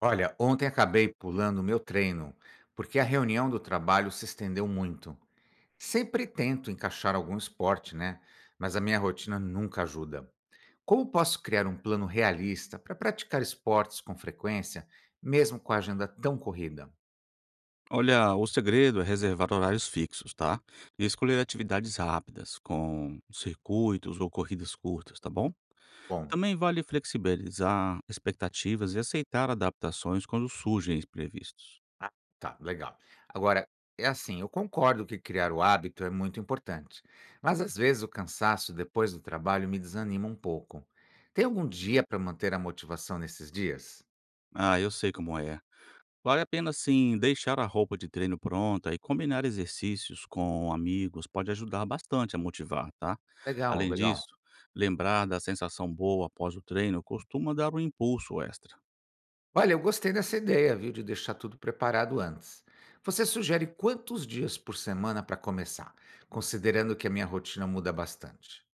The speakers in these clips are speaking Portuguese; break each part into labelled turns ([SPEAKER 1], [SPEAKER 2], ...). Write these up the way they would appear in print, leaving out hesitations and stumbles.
[SPEAKER 1] Olha, ontem acabei pulando o meu treino, porque a reunião do trabalho se estendeu muito. Sempre tento encaixar algum esporte, né? Mas a minha rotina nunca ajuda. Como posso criar um plano realista para praticar esportes com frequência, mesmo com a agenda tão corrida?
[SPEAKER 2] Olha, o segredo é reservar horários fixos, tá? E escolher atividades rápidas, com circuitos ou corridas curtas, tá bom?
[SPEAKER 1] Bom,
[SPEAKER 2] Também vale flexibilizar expectativas e aceitar adaptações quando surgem imprevistos.
[SPEAKER 1] ah, tá, legal. Agora, é assim, eu concordo que criar o hábito é muito importante, mas às vezes o cansaço depois do trabalho me desanima um pouco. Tem algum dia para manter a motivação nesses dias?
[SPEAKER 2] Ah, eu sei como é. Vale a pena, sim, deixar a roupa de treino pronta e combinar exercícios com amigos pode ajudar bastante a motivar, tá?
[SPEAKER 1] Legal,
[SPEAKER 2] Além
[SPEAKER 1] legal.
[SPEAKER 2] disso, lembrar da sensação boa após o treino costuma dar um impulso extra.
[SPEAKER 1] Olha, eu gostei dessa ideia, viu, de deixar tudo preparado antes. Você sugere quantos dias por semana para começar, considerando que a minha rotina muda bastante?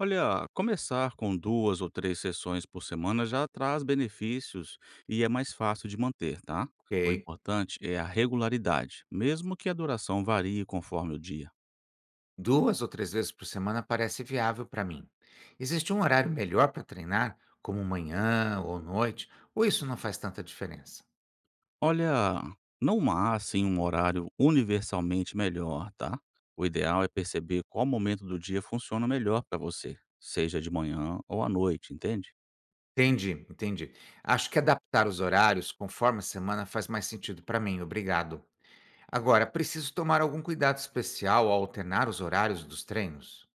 [SPEAKER 2] Olha, começar com 2 ou 3 sessões por semana já traz benefícios e é mais fácil de manter, tá? O
[SPEAKER 1] Ok.
[SPEAKER 2] importante é a regularidade, mesmo que a duração varie conforme o dia.
[SPEAKER 1] Duas ou três vezes por semana parece viável para mim. Existe um horário melhor para treinar, como manhã ou noite, ou isso não faz tanta diferença?
[SPEAKER 2] Olha, não há assim um horário universalmente melhor, tá? O ideal é perceber qual momento do dia funciona melhor para você, seja de manhã ou à noite, entende?
[SPEAKER 1] Entendi, entendi. Acho que adaptar os horários conforme a semana faz mais sentido para mim, obrigado. Agora, preciso tomar algum cuidado especial ao alternar os horários dos treinos?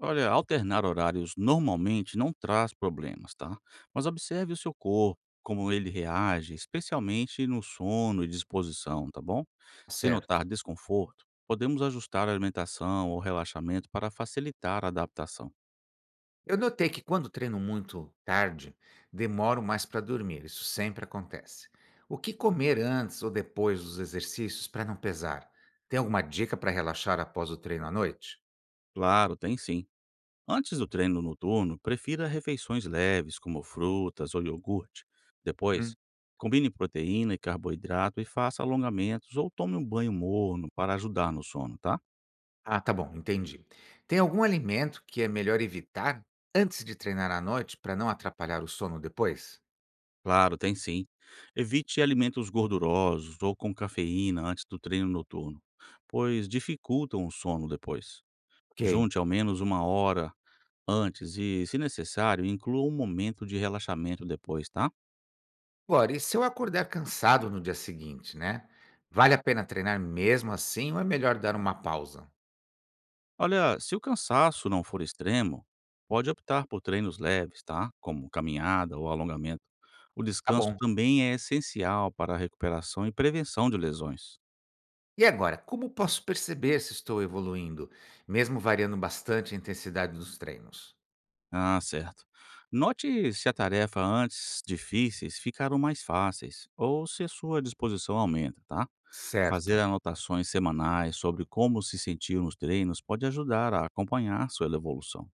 [SPEAKER 2] Olha, alternar horários normalmente não traz problemas, tá? Mas observe o seu corpo, como ele reage, especialmente no sono e disposição, tá bom? Se notar
[SPEAKER 1] Certo.
[SPEAKER 2] desconforto, podemos ajustar a alimentação ou relaxamento para facilitar a adaptação.
[SPEAKER 1] Eu notei que quando treino muito tarde, demoro mais para dormir. Isso sempre acontece. O que comer antes ou depois dos exercícios para não pesar? Tem alguma dica para relaxar após o treino à noite?
[SPEAKER 2] Claro, tem sim. Antes do treino noturno, prefira refeições leves, como frutas ou iogurte. Depois,
[SPEAKER 1] Uhum.
[SPEAKER 2] combine proteína e carboidrato e faça alongamentos ou tome um banho morno para ajudar no sono, tá?
[SPEAKER 1] Ah, tá bom, entendi. Tem algum alimento que é melhor evitar antes de treinar à noite para não atrapalhar o sono depois?
[SPEAKER 2] Claro, tem sim. Evite alimentos gordurosos ou com cafeína antes do treino noturno, pois dificultam o sono depois.
[SPEAKER 1] Ok.
[SPEAKER 2] Junte ao menos 1 hora antes e, se necessário, inclua um momento de relaxamento depois, tá?
[SPEAKER 1] Agora, e se eu acordar cansado no dia seguinte, né? Vale a pena treinar mesmo assim ou é melhor dar uma pausa?
[SPEAKER 2] Olha, se o cansaço não for extremo, pode optar por treinos leves, tá? Como caminhada ou alongamento. O
[SPEAKER 1] Tá
[SPEAKER 2] descanso
[SPEAKER 1] bom.
[SPEAKER 2] também é essencial para a recuperação e prevenção de lesões.
[SPEAKER 1] E agora, como posso perceber se estou evoluindo, mesmo variando bastante a intensidade dos treinos?
[SPEAKER 2] Ah, certo. Note se a tarefa antes difíceis ficaram mais fáceis ou se a sua disposição aumenta, tá? Fazer
[SPEAKER 1] Certo.
[SPEAKER 2] anotações semanais sobre como se sentiu nos treinos pode ajudar a acompanhar sua evolução.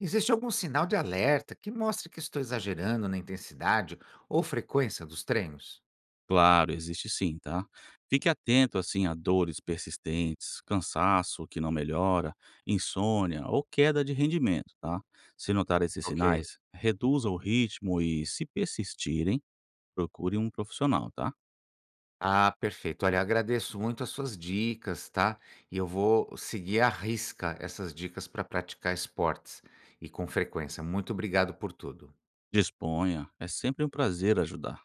[SPEAKER 1] Existe algum sinal de alerta que mostre que estou exagerando na intensidade ou frequência dos treinos?
[SPEAKER 2] Claro, existe sim, tá? Fique atento assim a dores persistentes, cansaço que não melhora, insônia ou queda de rendimento, tá? Se notar esses
[SPEAKER 1] Ok.
[SPEAKER 2] sinais, reduza o ritmo e, se persistirem, procure um profissional, tá?
[SPEAKER 1] Ah, perfeito. Olha, agradeço muito as suas dicas, tá? E eu vou seguir à risca essas dicas para praticar esportes e com frequência. Muito obrigado por tudo.
[SPEAKER 2] Disponha, é sempre um prazer ajudar.